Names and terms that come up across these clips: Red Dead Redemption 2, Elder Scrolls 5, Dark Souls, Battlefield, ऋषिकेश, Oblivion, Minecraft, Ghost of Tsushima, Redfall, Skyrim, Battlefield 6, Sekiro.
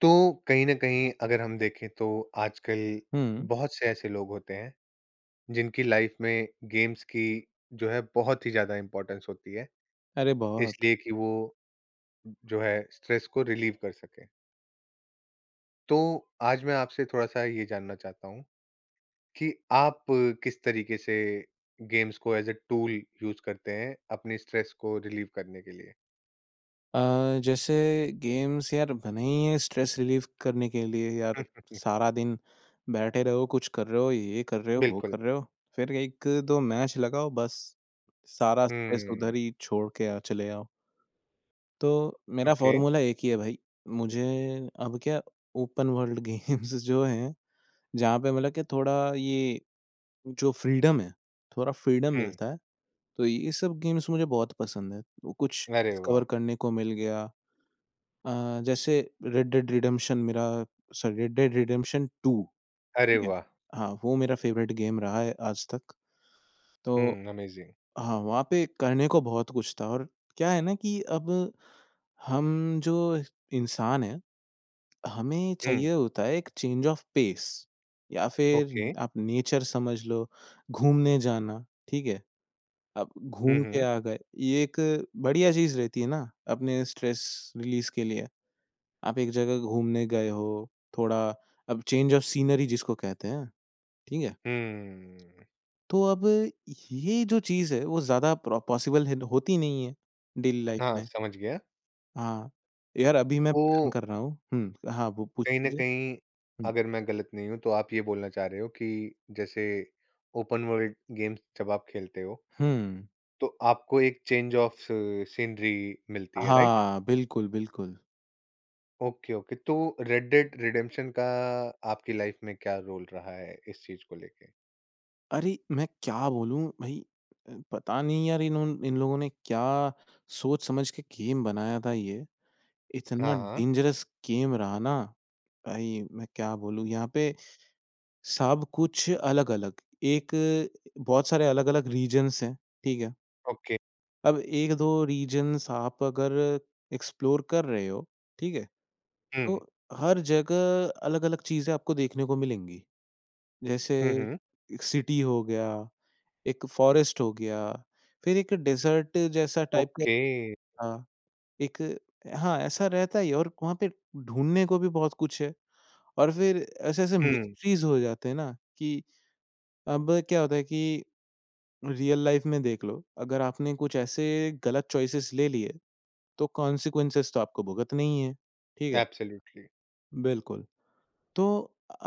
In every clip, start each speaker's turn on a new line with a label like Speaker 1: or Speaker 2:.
Speaker 1: तो कहीं न कहीं अगर हम देखें तो आजकल
Speaker 2: हुँ।
Speaker 1: बहुत से ऐसे लोग होते हैं, जिनकी लाइफ़ में गेम्स की जो है बहुत ही ज़्यादा इम्पोर्टेंस होती है,
Speaker 2: अरे बहुत।
Speaker 1: इसलिए कि वो जो है स्ट्रेस को रिलीव कर सकें। तो आज मैं आपसे थोड़ा-सा ये जानना चाहता हूँ कि आप किस तरीके से गेम्स को एज़ अ टूल यूज़ करते हैं अपनी स्ट्रेस को रिलीव करने के लिए?
Speaker 2: अ, जैसे गेम्स यार बने ही हैं स्ट्रेस रिलीफ़ करने के लिए यार। सारा दिन बैठे रहो, कुछ कर रहे हो, ये कर रहे हो, वो
Speaker 1: बिल्कुल।
Speaker 2: कर रहे हो। फिर 1-2 मैच लगाओ बस, सारा स्ट्रेस उधर
Speaker 1: हुँ,
Speaker 2: ही छोड़ के आ चले आओ। तो मेरा
Speaker 1: ओके।
Speaker 2: फ़ॉर्मूला एक ही है भाई, मुझे अब क्या ओपन वर्ल्ड गेम्स जो हैं, जहाँ पे मतलब कि थोड़ा ये जो फ्रीडम है, थोड़ा फ्रीडम
Speaker 1: हुँ,
Speaker 2: मिलता है। तो ये सब गेम्स मुझे बहुत पसंद है। वो कुछ
Speaker 1: अरे वाह!
Speaker 2: डिस्कवर करने को मिल गया। जैसे रेड डेड रिडेम्पशन मेरा सॉरी रेड डेड रिडेम्पशन 2
Speaker 1: अरे
Speaker 2: ठीक है।
Speaker 1: वाह!
Speaker 2: हाँ, वो मेरा फ़ेवरेट गेम रहा है आज तक। तो
Speaker 1: हुँ, अमेज़िंग।
Speaker 2: हाँ, वहाँ पे करने को बहुत कुछ था और क्या है ना कि अब हम जो इंसान हैं, हमें
Speaker 1: हुँ,
Speaker 2: चाहिए होता है एक चेंज ऑफ पेस या फिर
Speaker 1: ओके।
Speaker 2: आप नेचर समझ लो, घूमने जाना, ठीक है? आप
Speaker 1: हुँ,
Speaker 2: घूम के
Speaker 1: हुँ।
Speaker 2: आ गए, ये एक बढ़िया चीज़ रहती है ना, अपने स्ट्रेस रिलीज़ के लिए। आप एक जगह घूमने गए हो, थोड़ा अब चेंज ऑफ सीनरी जिसको कहते हैं, ठीक है?
Speaker 1: हुँ।
Speaker 2: तो अब ये जो चीज़ है, वो ज़्यादा प्रो पॉसिबल है होती नहीं है डेली लाइफ़
Speaker 1: हाँ,
Speaker 2: में।
Speaker 1: समझ गया।
Speaker 2: हाँ, यार अभी मैं
Speaker 1: तो
Speaker 2: प्लान कर रहा हूँ हुँ, हाँ, वो पूछ
Speaker 1: कहीं न
Speaker 2: लीजिए।
Speaker 1: कहीं
Speaker 2: हुँ,
Speaker 1: अगर मैं गलत नहीं हूँ तो आप ये बोलना चाह रहे हो कि जैसे ओपन वर्ल्ड गेम्स जब आप खेलते हो,
Speaker 2: हुँ,
Speaker 1: तो आपको एक चेंज ऑफ सीनरी मिलती है, राइट?
Speaker 2: हाँ, बिल्कुल, बिल्कुल।
Speaker 1: Okay, okay. तो रेड डेड रिडेम्पशन का आपकी लाइफ़ में क्या रोल रहा है इस चीज़ को लेके?
Speaker 2: अरे! मैं क्या बोलूँ भई। पता नहीं यार इन्होंन इन लोगों ने क्या सोच-समझ के गेम बनाया था ये। इतना
Speaker 1: हाँ, हाँ।
Speaker 2: डेंजरस गेम रहा ना, भाई मैं क्या बोलूँ यहाँ पे। सब कुछ अलग-अलग, एक बहुत सारे अलग-अलग रीजन्स हैं, ठीक है?
Speaker 1: ओके।
Speaker 2: अब 1-2 रीजन्स आप अगर एक्सप्लोर कर रहे हो, ठीक है? तो
Speaker 1: हुँ।
Speaker 2: हर जगह अलग-अलग चीज़ें आपको देखने को मिलेंगी। जैसे
Speaker 1: हुँ, हुँ।
Speaker 2: एक सिटी हो गया, एक फ़ॉरेस्ट हो गया, फिर एक डेज़र्ट जैसा टाइप का
Speaker 1: ओके।
Speaker 2: था, एक हाँ, ऐसा रहता ही है और वहाँ पे ढूँढने को भी बहुत कुछ है और फिर ऐसे-ऐसे
Speaker 1: हुँ,
Speaker 2: मिस्ट्रीज़ हो जाते हैं ना कि अब क्या होता है कि रियल लाइफ़ में देख लो, अगर आपने कुछ ऐसे गलत चॉइसेस ले लिए, तो कॉन्सिक्वेंसेस तो आपको भुगतने ही हैं, ठीक है?
Speaker 1: एब्सोल्युटली।
Speaker 2: बिल्कुल, तो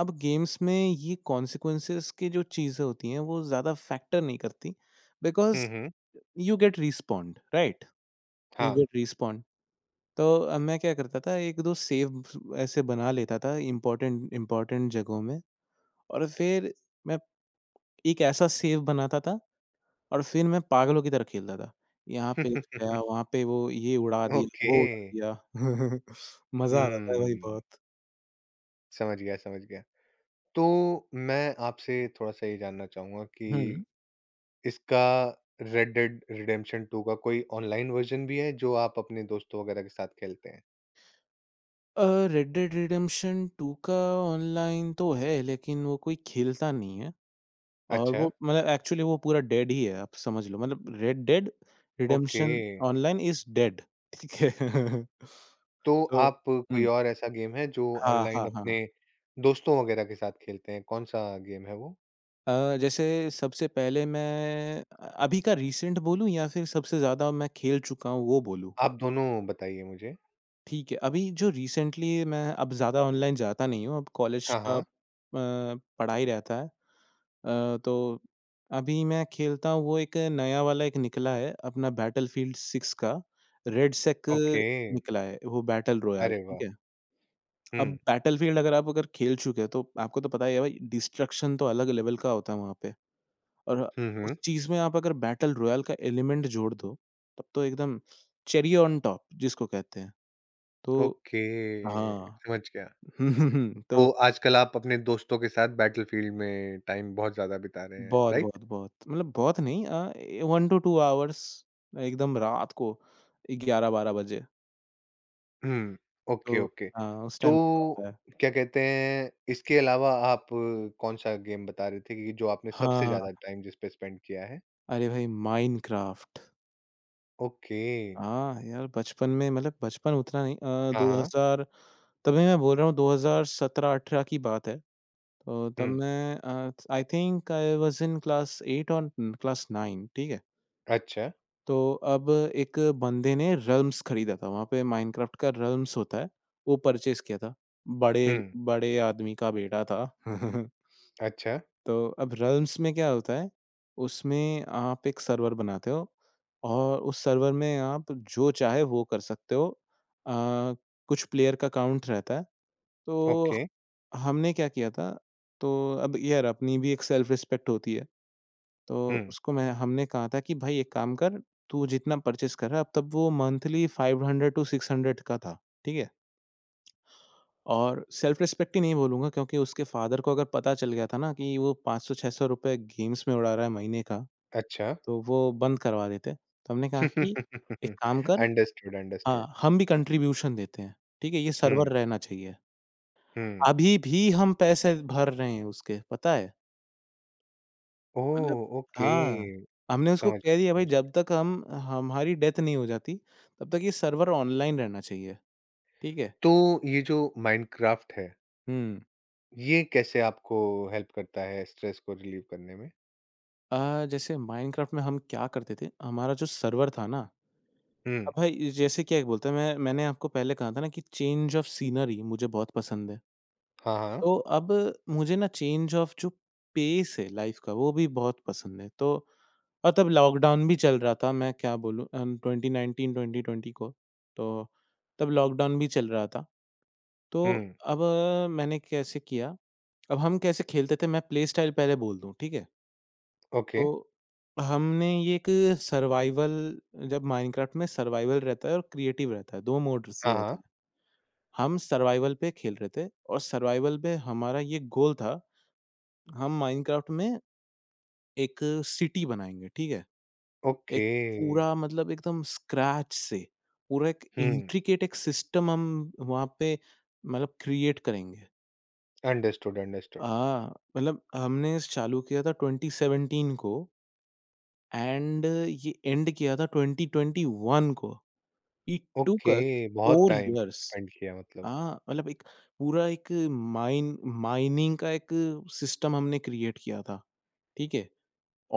Speaker 2: अब गेम्स में ये कॉन्सिक्वेंसेस की जो चीज़ें होती हैं, वो ज़्यादा फैक्टर नहीं करती बिकॉज़
Speaker 1: हुँ, हुँ।
Speaker 2: You get respond, right? You
Speaker 1: हाँ।
Speaker 2: Get respond. तो अब मैं क्या करता था 1-2 सेव ऐसे बना लेता था इम्पोर्टेंट इम्पोर्टेंट जगहों में और फिर मैं एक ऐसा सेव बनाता था और फिर मैं पागलों की तरह खेलता था। यहाँ पे गया, वहाँ पे वो ये उड़ा दिया,
Speaker 1: ओके।
Speaker 2: वो उड़ा दिया। मज़ा आता था भाई
Speaker 1: हुँ।
Speaker 2: बहुत।
Speaker 1: समझ गया, समझ गया। तो मैं आपसे थोड़ा-सा ये जानना चाहूँगा कि
Speaker 2: हुँ।
Speaker 1: इसका रेड डेड रिडेम्पशन 2 का कोई ऑनलाइन वर्ज़न भी है, जो आप अपने दोस्तों वगैरह के साथ खेलते हैं?
Speaker 2: अ, रेड डेड रिडेम्पशन 2 का ऑनलाइन तो है लेकिन वो कोई खेलता नहीं है। और
Speaker 1: अच्छा,
Speaker 2: वो मतलब एक्चुअली वो पूरा डेड ही है, आप समझ लो मतलब Red Dead
Speaker 1: okay.
Speaker 2: Redemption online is dead ठीक है।
Speaker 1: तो
Speaker 2: तो
Speaker 1: आप कोई
Speaker 2: हुँ,
Speaker 1: और ऐसा गेम है जो
Speaker 2: हाँ,
Speaker 1: ऑनलाइन
Speaker 2: हाँ,
Speaker 1: अपने
Speaker 2: हाँ।
Speaker 1: दोस्तों वगैरह के साथ खेलते हैं, कौन-सा गेम है वो?
Speaker 2: जैसे सबसे पहले मैं अभी का रीसेंट बोलूँ या फिर सबसे ज़्यादा मैं खेल चुका हूँ वो बोलूँ?
Speaker 1: आप दोनों बताइए मुझे।
Speaker 2: ठीक है, अभी जो रिसेंटली मैं अब ज़्यादा ऑनलाइन जाता नहीं हूँ, अब कॉलेज
Speaker 1: हाँ,
Speaker 2: का
Speaker 1: हाँ,
Speaker 2: पढ़ाई रहता है। तो अभी मैं खेलता हूँ वो एक नया वाला एक निकला है अपना बैटलफ़ील्ड 6 का, रेडसेक
Speaker 1: ओके।
Speaker 2: निकला है, वो बैटल रॉयल,
Speaker 1: अरे वाह!
Speaker 2: ठीक है?
Speaker 1: हुँ।
Speaker 2: अब बैटलफ़ील्ड अगर आप अगर खेल चुके हैं, तो आपको तो पता ही है भाई डिस्ट्रक्शन तो अलग लेवल का होता है वहाँ पे और
Speaker 1: हुँ, हुँ।
Speaker 2: उस चीज़ में आप अगर बैटल रॉयल का एलिमेंट जोड़ दो, तब तो एकदम चेरी ऑन टॉप जिसको कहते हैं। तो
Speaker 1: ओके,
Speaker 2: हाँ।
Speaker 1: समझ गया।
Speaker 2: हुँ, हुँ, हुँ। तो
Speaker 1: तो आजकल आप अपने दोस्तों के साथ बैटलफील्ड में टाइम बहुत ज़्यादा बिता रहे हैं,
Speaker 2: बहुत,
Speaker 1: राइट?
Speaker 2: बहुत, बहुत मतलब बहुत नहीं ए 1 टू 2 आवर्स एकदम रात को 11-12 बजे।
Speaker 1: हुँ, ओके,
Speaker 2: तो
Speaker 1: ओके।
Speaker 2: हाँ, उस
Speaker 1: तो
Speaker 2: टाइम मज़ा आता है।
Speaker 1: क्या कहते हैं, इसके अलावा आप कौन-सा गेम बता रहे थे कि जो आपने सबसे
Speaker 2: हाँ,
Speaker 1: ज़्यादा टाइम जिस पे स्पेंड किया है?
Speaker 2: अरे भाई माइनक्राफ़्ट।
Speaker 1: ओके।
Speaker 2: हाँ, यार बचपन में मतलब बचपन उतना नहीं
Speaker 1: हाँ, हाँ।
Speaker 2: 2000 तभी मैं बोल रहा हूँ 2017-18 की बात है। तो तब
Speaker 1: हुँ,
Speaker 2: मैं I think I was in class 8 और क्लास 9 ठीक है?
Speaker 1: अच्छा।
Speaker 2: तो अब एक बंदे ने रम्स खरीदा था, वहाँ पे माइनक्राफ्ट का रम्स होता है, वो परचेज़ किया था। बड़े
Speaker 1: हुँ,
Speaker 2: बड़े आदमी का बेटा था।
Speaker 1: अच्छा,
Speaker 2: तो अब रम्स में क्या होता है, उसमें आप एक सर्वर बनाते हो और उस सर्वर में आप जो चाहे वो कर सकते हो। अ, कुछ प्लेयर का काउंट रहता है, तो
Speaker 1: ओके।
Speaker 2: हमने क्या किया था, तो अब यार अपनी भी एक सेल्फ रिस्पेक्ट होती है। तो
Speaker 1: हुँ,
Speaker 2: उसको मैं हमने कहा था कि भाई एक काम कर, तू जितना परचेज़ कर रहा है अब तब वो मंथली 500-600 का था, ठीक है? और सेल्फ रिस्पेक्ट ही नहीं बोलूँगा क्योंकि उसके फ़ादर को अगर पता चल गया था ना कि वो 500-600 रुपए गेम्स में उड़ा रहा है महीने का,
Speaker 1: अच्छा।
Speaker 2: तो वो बंद करवा देते। तो हमने कहा कि एक काम कर।
Speaker 1: Understood, understood.
Speaker 2: हाँ, हम भी कंट्रीब्यूशन देते हैं, ठीक है? ये सर्वर
Speaker 1: हुँ,
Speaker 2: रहना चाहिए।
Speaker 1: हुँ।
Speaker 2: अभी भी हम पैसे भर रहे हैं उसके, पता है?
Speaker 1: ओह!
Speaker 2: मतलब
Speaker 1: ओके।
Speaker 2: हाँ, हमने उसको
Speaker 1: समझ
Speaker 2: कह
Speaker 1: गया,
Speaker 2: दिया भाई
Speaker 1: समझ गया।
Speaker 2: जब तक हम हमारी डेथ नहीं हो जाती, तब तक ये सर्वर ऑनलाइन रहना चाहिए, ठीक है?
Speaker 1: तो ये जो माइनक्राफ्ट है
Speaker 2: हुँ।
Speaker 1: ये कैसे आपको हेल्प करता है स्ट्रेस को रिलीव करने में?
Speaker 2: जैसे माइनक्राफ्ट में हम क्या करते थे, हमारा जो सर्वर था ना,
Speaker 1: हुँ,
Speaker 2: अब भाई जैसे क्या बोलते हैं मैंने आपको पहले कहा था ना कि चेंज ऑफ सीनरी मुझे बहुत पसंद है।
Speaker 1: हाँ, हाँ।
Speaker 2: तो अब मुझे ना चेंज ऑफ जो पेस है लाइफ का वो भी बहुत पसंद है। तो और तब लॉकडाउन भी चल रहा था मैं क्या बोलूँ 2019-2020 को तो तब लॉकडाउन भी चल रहा था। तो
Speaker 1: हुँ,
Speaker 2: अब मैंने कैसे किया, अब हम कैसे खेलते थे मैं प्ले स्टाइल पहले बोल दूँ, ठीक है?
Speaker 1: ओके।
Speaker 2: तो हमने ये एक सर्वाइवल जब माइनक्राफ्ट में सर्वाइवल रहता है और क्रिएटिव रहता है, 2 मोड्स
Speaker 1: हाँ,
Speaker 2: रहते
Speaker 1: हाँ,
Speaker 2: हैं। हम सर्वाइवल पे खेल रहे थे और सर्वाइवल पे हमारा ये गोल था हम माइनक्राफ्ट में एक सिटी बनाएँगे, ठीक है? एक
Speaker 1: ओके।
Speaker 2: पूरा मतलब एकदम स्क्रैच से, पूरा एक
Speaker 1: हुँ,
Speaker 2: इंट्रिकेट एक सिस्टम हम वहाँ पे मतलब क्रिएट करेंगे।
Speaker 1: Understood, understood.
Speaker 2: मतलब हमने चालू किया था 2017 को एंड ये एंड किया था 2021 को। इट टूक अस
Speaker 1: ओके, बहुत
Speaker 2: 4
Speaker 1: टाइम
Speaker 2: यिअर्स।
Speaker 1: स्पेंड किया मतलब।
Speaker 2: हाँ, मतलब एक पूरा एक माइन माइनिंग का एक सिस्टम हमने क्रिएट किया था, ठीक है?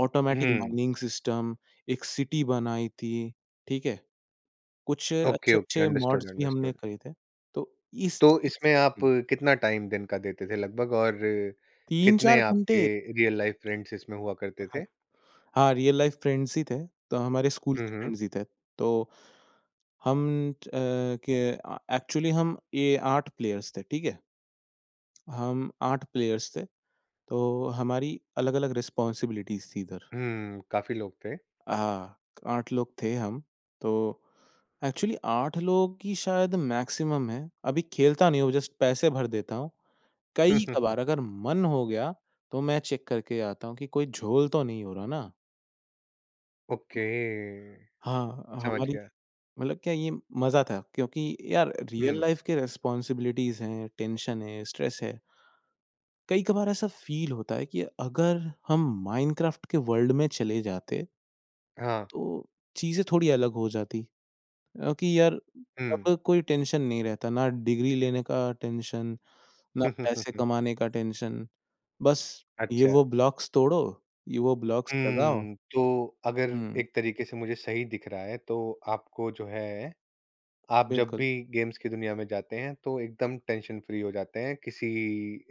Speaker 2: ऑटोमेटिक
Speaker 1: हुँ,
Speaker 2: माइनिंग सिस्टम, एक सिटी बनाई थी, ठीक है? कुछ
Speaker 1: ओके, ओके,
Speaker 2: अच्छे-अच्छे
Speaker 1: अंडरस्टूड,
Speaker 2: मॉड्स भी हमने
Speaker 1: अंडरस्टूड।
Speaker 2: करे थे। तो इस
Speaker 1: तो
Speaker 2: चीज़
Speaker 1: इसमें आप
Speaker 2: हुँ,
Speaker 1: कितना टाइम दिन का देते थे लगभग और कितने
Speaker 2: 3-4 घंटे
Speaker 1: आपके रियल लाइफ फ्रेंड्स इसमें हुआ करते
Speaker 2: हाँ।
Speaker 1: थे?
Speaker 2: हाँ, रियल लाइफ फ्रेंड्स ही थे, तो हमारे स्कूल
Speaker 1: हुँ,
Speaker 2: के
Speaker 1: हुँ।
Speaker 2: फ्रेंड्स ही थे। तो हम एक्चुअली हम ये 8 प्लेयर्स थे, ठीक है? हम 8 प्लेयर्स थे, तो हमारी अलग-अलग रिस्पॉन्सिबिलिटीज़ थी इधर।
Speaker 1: हुँ, काफ़ी लोग थे।
Speaker 2: हाँ, 8 लोग थे हम। तो एक्चुअली 8 लोग ही शायद मैक्सिमम है। अभी खेलता नहीं हूँ, जस्ट पैसे भर देता हूँ। कई-कभार अगर मन हो गया, तो मैं चेक करके आता हूँ कि कोई झोल तो नहीं हो रहा ना।
Speaker 1: ओके,
Speaker 2: हाँ,
Speaker 1: समझ
Speaker 2: हमारी
Speaker 1: गया।
Speaker 2: मतलब क्या ये मज़ा था क्योंकि यार रियल
Speaker 1: हुँ,
Speaker 2: लाइफ़ के रिस्पॉन्सिबिलिटीज़ हैं, टेंशन है, स्ट्रेस है। कई-कभार ऐसा फ़ील होता है कि अगर हम माइनक्राफ़्ट के वर्ल्ड में चले जाते,
Speaker 1: हाँ,
Speaker 2: तो चीज़ें थोड़ी अलग हो जाती। कि यार
Speaker 1: हुँ।
Speaker 2: तब कोई टेंशन नहीं रहता, ना डिग्री लेने का टेंशन, ना पैसे कमाने का टेंशन। बस ये
Speaker 1: अच्छा।
Speaker 2: वो ब्लॉक्स तोड़ो, ये वो ब्लॉक्स लगाओ।
Speaker 1: हुँ, तो अगर
Speaker 2: हुँ,
Speaker 1: एक तरीके से मुझे सही दिख रहा है, तो आपको जो है, आप जब
Speaker 2: बिल्कुल।
Speaker 1: भी गेम्स की दुनिया में जाते हैं, तो एकदम टेंशन फ्री हो जाते हैं, किसी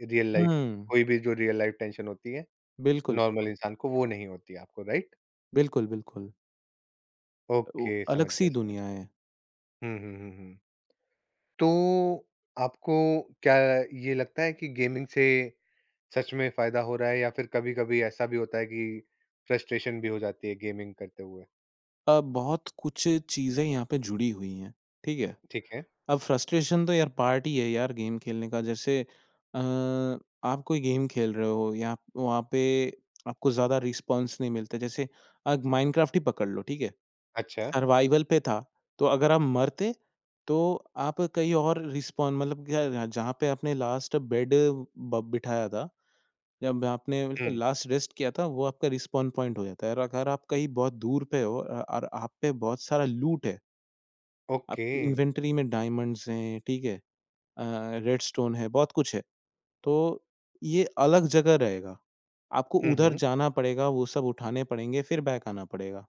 Speaker 1: रियल लाइफ़
Speaker 2: हुँ,
Speaker 1: कोई भी जो रियल लाइफ़ टेंशन होती है,
Speaker 2: बिल्कुल,
Speaker 1: नॉर्मल
Speaker 2: बिल्कुल।
Speaker 1: इंसान को वो नहीं होती आपको, राइट?
Speaker 2: बिल्कुल, बिल्कुल। वो
Speaker 1: ओके, समझ गया,
Speaker 2: अलग-सी
Speaker 1: समझ
Speaker 2: दुनिया
Speaker 1: गया।
Speaker 2: है।
Speaker 1: हुँ, हुँ, हुँ, हुँ। तो आपको क्या ये लगता है कि गेमिंग से सच में फ़ायदा हो रहा है या फिर कभी-कभी ऐसा भी होता है कि फ्रस्ट्रेशन भी हो जाती है गेमिंग करते हुए?
Speaker 2: बहुत कुछ चीज़ें यहाँ पे जुड़ी हुई हैं। ठीक है?
Speaker 1: ठीक है,
Speaker 2: अब फ्रस्ट्रेशन तो यार पार्ट ही है यार गेम खेलने का जैसे अ, आप कोई गेम खेल रहे हो या आप वहाँ पे आपको ज़्यादा रिस्पॉन्स नहीं मिलता जैसे आप माइनक्राफ्ट ही पकड़ लो ठीक है
Speaker 1: अच्छा।
Speaker 2: सर्वाइवल पे था तो अगर आप मरते तो आप कहीं और रिस्पॉन मतलब क्या जहाँ जहाँ पे आपने लास्ट बेड बिठाया था जब आपने बिल्कुल
Speaker 1: हुँ।
Speaker 2: लास्ट रेस्ट किया था वो आपका रिस्पॉन पॉइंट हो जाता है और अगर आप कहीं बहुत दूर पे हो और आप पे बहुत सारा लूट है
Speaker 1: ओके।
Speaker 2: आपकी इन्वेंटरी में डायमंड्स हैं ठीक है अ, रेडस्टोन है, बहुत कुछ है। तो ये अलग जगह रहेगा। आपको
Speaker 1: हुँ,
Speaker 2: उधर
Speaker 1: हुँ।
Speaker 2: जाना पड़ेगा, वो सब उठाने पड़ेंगे, फिर बैक आना पड़ेगा।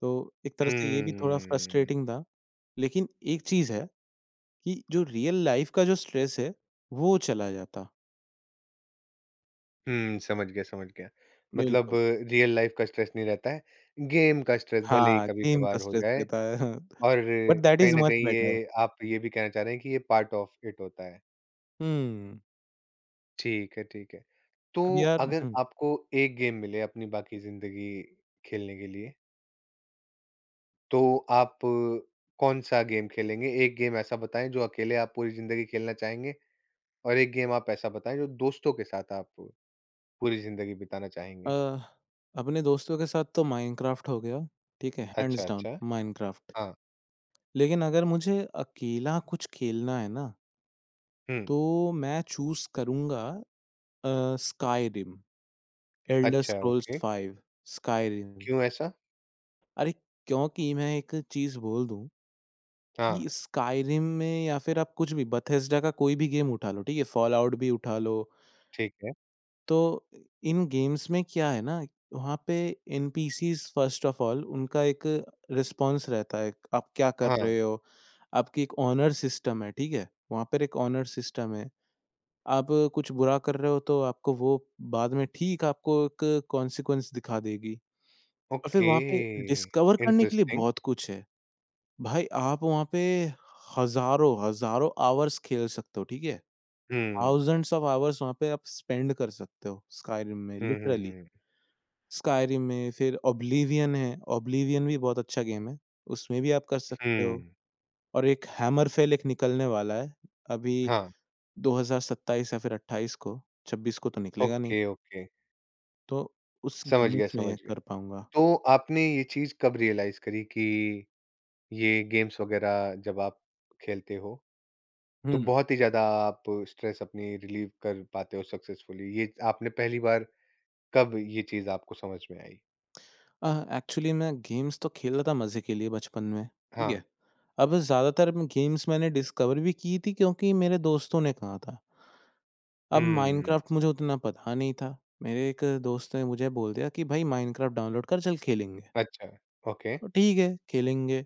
Speaker 2: तो एक तरह से ये भी थोड़ा
Speaker 1: हुँ।
Speaker 2: फ्रस्ट्रेटिंग था। लेकिन एक चीज़ है कि जो रियल लाइफ़ का जो स्ट्रेस है, वो चला जाता।
Speaker 1: हुँ, समझ गया, समझ गया। मतलब
Speaker 2: बिल्कुल।
Speaker 1: रियल लाइफ़ का स्ट्रेस नहीं रहता है, गेम का स्ट्रेस भले ही
Speaker 2: हाँ, गेम का
Speaker 1: कभी-कभार हो
Speaker 2: स्ट्रेस
Speaker 1: जाए
Speaker 2: रहता है।
Speaker 1: और
Speaker 2: बट दैट
Speaker 1: कहीं
Speaker 2: इज़
Speaker 1: न
Speaker 2: मच
Speaker 1: कहीं
Speaker 2: बेटर।
Speaker 1: ये आप ये भी कहना चाह रहे हैं कि ये पार्ट ऑफ इट होता है।
Speaker 2: हुँ।
Speaker 1: ठीक है, ठीक है। तो
Speaker 2: अब यार
Speaker 1: अगर
Speaker 2: हुँ,
Speaker 1: आपको एक गेम मिले अपनी बाकी ज़िंदगी खेलने के लिए, तो आप कौन-सा गेम खेलेंगे? एक गेम ऐसा बताएँ जो अकेले आप पूरी ज़िंदगी खेलना चाहेंगे और एक गेम आप ऐसा बताएँ जो दोस्तों के साथ आप पूरी ज़िंदगी बिताना
Speaker 2: अ,
Speaker 1: चाहेंगे।
Speaker 2: अपने दोस्तों के साथ तो माइनक्राफ्ट हो गया, ठीक है? हैंड्स
Speaker 1: अच्छा,
Speaker 2: डाउन
Speaker 1: अच्छा।
Speaker 2: माइनक्राफ्ट।
Speaker 1: हाँ।
Speaker 2: लेकिन अगर मुझे अकेला कुछ खेलना है ना,
Speaker 1: हुँ।
Speaker 2: तो मैं चूज़ करूँगा स्काईरिम, एल्डर
Speaker 1: अच्छा,
Speaker 2: स्क्रॉल्स
Speaker 1: ओके।
Speaker 2: 5 स्काईरिम।
Speaker 1: क्यों ऐसा?
Speaker 2: अरे! क्योंकि मैं एक चीज़ बोल दूँ
Speaker 1: हाँ,
Speaker 2: कि स्काईरिम में या फिर आप कुछ भी बेथेस्डा का कोई भी गेम उठा लो, ठीक है? फॉलआउट भी उठा लो,
Speaker 1: ठीक है।
Speaker 2: तो इन गेम्स में क्या है ना, वहाँ पे एनपीसीज़ फर्स्ट ऑफ ऑल उनका एक रिस्पॉन्स रहता है, आप क्या कर रहे
Speaker 1: हाँ,
Speaker 2: हो? आपकी एक ऑनर सिस्टम है, ठीक है? वहाँ पर एक ऑनर सिस्टम है। आप कुछ बुरा कर रहे हो तो आपको वो बाद में ठीक आपको एक कॉन्सिक्वेंस दिखा देगी। और फिर
Speaker 1: ओके।
Speaker 2: वहाँ पे डिस्कवर करने के लिए
Speaker 1: इंटरेस्टिंग।
Speaker 2: बहुत कुछ है। भाई आप वहाँ पे हज़ारों, हज़ारों आवर्स खेल सकते हो, ठीक है?
Speaker 1: हुँ।
Speaker 2: थाउज़ेंड्स ऑफ आवर्स वहाँ पे आप स्पेंड कर सकते हो स्काईरिम में
Speaker 1: हुँ, हुँ,
Speaker 2: लिटरली।
Speaker 1: हुँ।
Speaker 2: स्काईरिम में फिर ओब्लिवियन है, ओब्लिवियन भी बहुत अच्छा गेम है, उसमें भी आप कर सकते हो।
Speaker 1: हुँ।
Speaker 2: और एक हैमरफेल एक निकलने वाला है, अभी
Speaker 1: हाँ,
Speaker 2: 2027 या फिर 28 को, 26 को तो निकलेगा नहीं।
Speaker 1: Okay, okay.
Speaker 2: तो उस
Speaker 1: समझ गया,
Speaker 2: गेम्स
Speaker 1: समझ
Speaker 2: में
Speaker 1: गया।
Speaker 2: कर पाऊँगा।
Speaker 1: तो आपने ये चीज़ कब रियलाइज़ करी कि ये गेम्स वग़ैरह जब आप खेलते हो, तो
Speaker 2: हुँ।
Speaker 1: बहुत ही ज़्यादा आप स्ट्रेस अपनी रिलीव कर पाते हो सक्सेसफुली? ये आपने पहली बार कब ये चीज़ आपको समझ में आई?
Speaker 2: अ, एक्चुअली मैं गेम्स तो खेला था मज़े के लिए बचपन में, ठीक
Speaker 1: हाँ।
Speaker 2: है। अब ज़्यादातर मैं गेम्स मैंने डिस्कवर भी की थी क्योंकि मेरे दोस्तों ने कहा था। अब
Speaker 1: हुँ।
Speaker 2: माइनक्राफ्ट मुझे उतना पता नहीं था। मेरे एक दोस्त ने मुझे बोल दिया कि भाई माइनक्राफ्ट डाउनलोड कर चल खेलेंगे।
Speaker 1: अच्छा, ओके।
Speaker 2: तो ठीक है, खेलेंगे।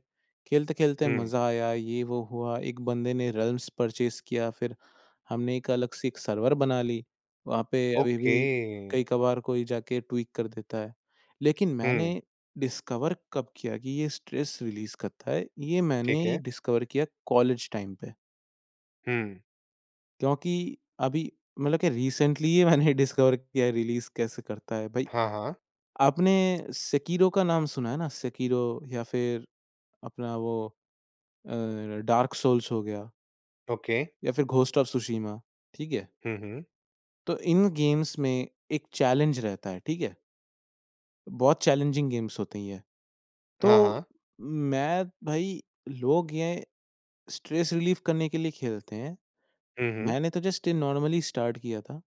Speaker 2: खेलते-खेलते
Speaker 1: हुँ,
Speaker 2: मज़ा आया, ये वो हुआ, एक बंदे ने रेल्म्स परचेज़ किया, फिर हमने एक अलग से एक सर्वर बना ली। वहाँ पे अभी
Speaker 1: ओके।
Speaker 2: भी कई-कभार कोई जाके ट्वीक कर देता है। लेकिन मैंने
Speaker 1: हुँ,
Speaker 2: डिस्कवर कब किया कि ये स्ट्रेस रिलीज़ करता है, ये
Speaker 1: ठीक
Speaker 2: मैंने
Speaker 1: है।
Speaker 2: डिस्कवर किया कॉलेज टाइम पे।
Speaker 1: हुँ,
Speaker 2: क्योंकि अभी मतलब कि रिसेंटली ही मैंने डिस्कवर किया है रिलीज़ कैसे करता है। भई,
Speaker 1: हाँ, हाँ,
Speaker 2: आपने सेकिरो का नाम सुना है ना? सेकिरो या फिर अपना वो डार्क सोल्स हो गया
Speaker 1: ओके।
Speaker 2: या फिर घोस्ट ऑफ सुशीमा, ठीक है?
Speaker 1: हुँ, हुँ,
Speaker 2: तो इन गेम्स में एक चैलेंज रहता है, ठीक है? बहुत चैलेंजिंग गेम्स होते हैं ये। तो
Speaker 1: हाँ, हाँ,
Speaker 2: मैं भाई लोग ये स्ट्रेस रिलीफ़ करने के लिए खेलते हैं।
Speaker 1: हुँ, हुँ।
Speaker 2: मैंने तो जस्ट ये नॉर्मली स्टार्ट किया था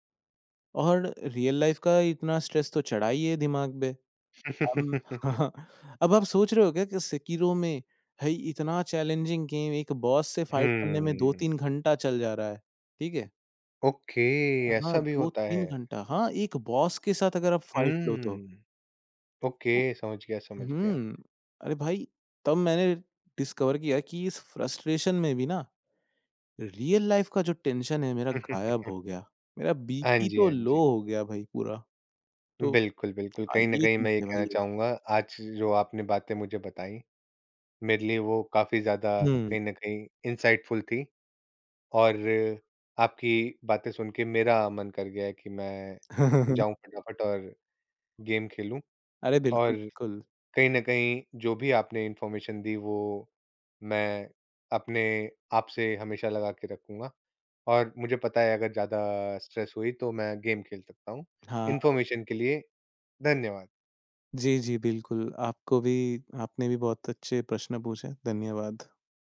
Speaker 2: और रियल लाइफ़ का इतना स्ट्रेस तो चढ़ा ही है दिमाग पे। अम अब आप सोच रहे हो क्या कि सेकिरो में भई इतना चैलेंजिंग गेम, एक बॉस से फाइट करने में
Speaker 1: हुँ,
Speaker 2: 2-3 घंटा चल जा रहा है, ठीक है?
Speaker 1: ओके,
Speaker 2: हाँ,
Speaker 1: ऐसा भी होता
Speaker 2: 2-3
Speaker 1: है।
Speaker 2: घंटा हाँ, एक बॉस के साथ अगर आप फाइट लो तो।
Speaker 1: हुँ,
Speaker 2: तो
Speaker 1: ओके, समझ गया, समझ गया।
Speaker 2: हुँ, अरे भाई! तब मैंने डिस्कवर किया कि इस फ्रस्ट्रेशन में भी ना रियल लाइफ़ का जो टेंशन है मेरा गायब हो गया। मेरा
Speaker 1: हाँ
Speaker 2: बीपी
Speaker 1: जी,
Speaker 2: तो
Speaker 1: हाँ
Speaker 2: लो
Speaker 1: जी।
Speaker 2: हो गया भाई पूरा। तो
Speaker 1: बिल्कुल, बिल्कुल,
Speaker 2: हाँ,
Speaker 1: कहीं न
Speaker 2: ये
Speaker 1: कहीं
Speaker 2: चीज़
Speaker 1: मैं ये
Speaker 2: है
Speaker 1: कहना
Speaker 2: भाई एक।
Speaker 1: चाहूँगा, आज जो आपने बातें मुझे बताई, मेरे लिए वो काफ़ी ज़्यादा
Speaker 2: हुँ।
Speaker 1: कहीं न कहीं इनसाइटफुल थी। और आपकी बातें सुन के मेरा मन कर गया है कि मैं जाऊँ फटाफट और गेम खेलूँ
Speaker 2: अरे बिल्कुल,
Speaker 1: और
Speaker 2: बिल्कुल।
Speaker 1: कहीं न कहीं जो भी आपने इन्फॉर्मेशन दी वो मैं अपने आप से हमेशा लगा के रखूँगा और मुझे पता है अगर ज़्यादा स्ट्रेस हुई तो मैं गेम खेल सकता हूँ।
Speaker 2: हाँ।
Speaker 1: इन्फॉर्मेशन के लिए धन्यवाद।
Speaker 2: जी, जी, बिल्कुल। आपको भी आपने भी बहुत अच्छे प्रश्न पूछे। धन्यवाद।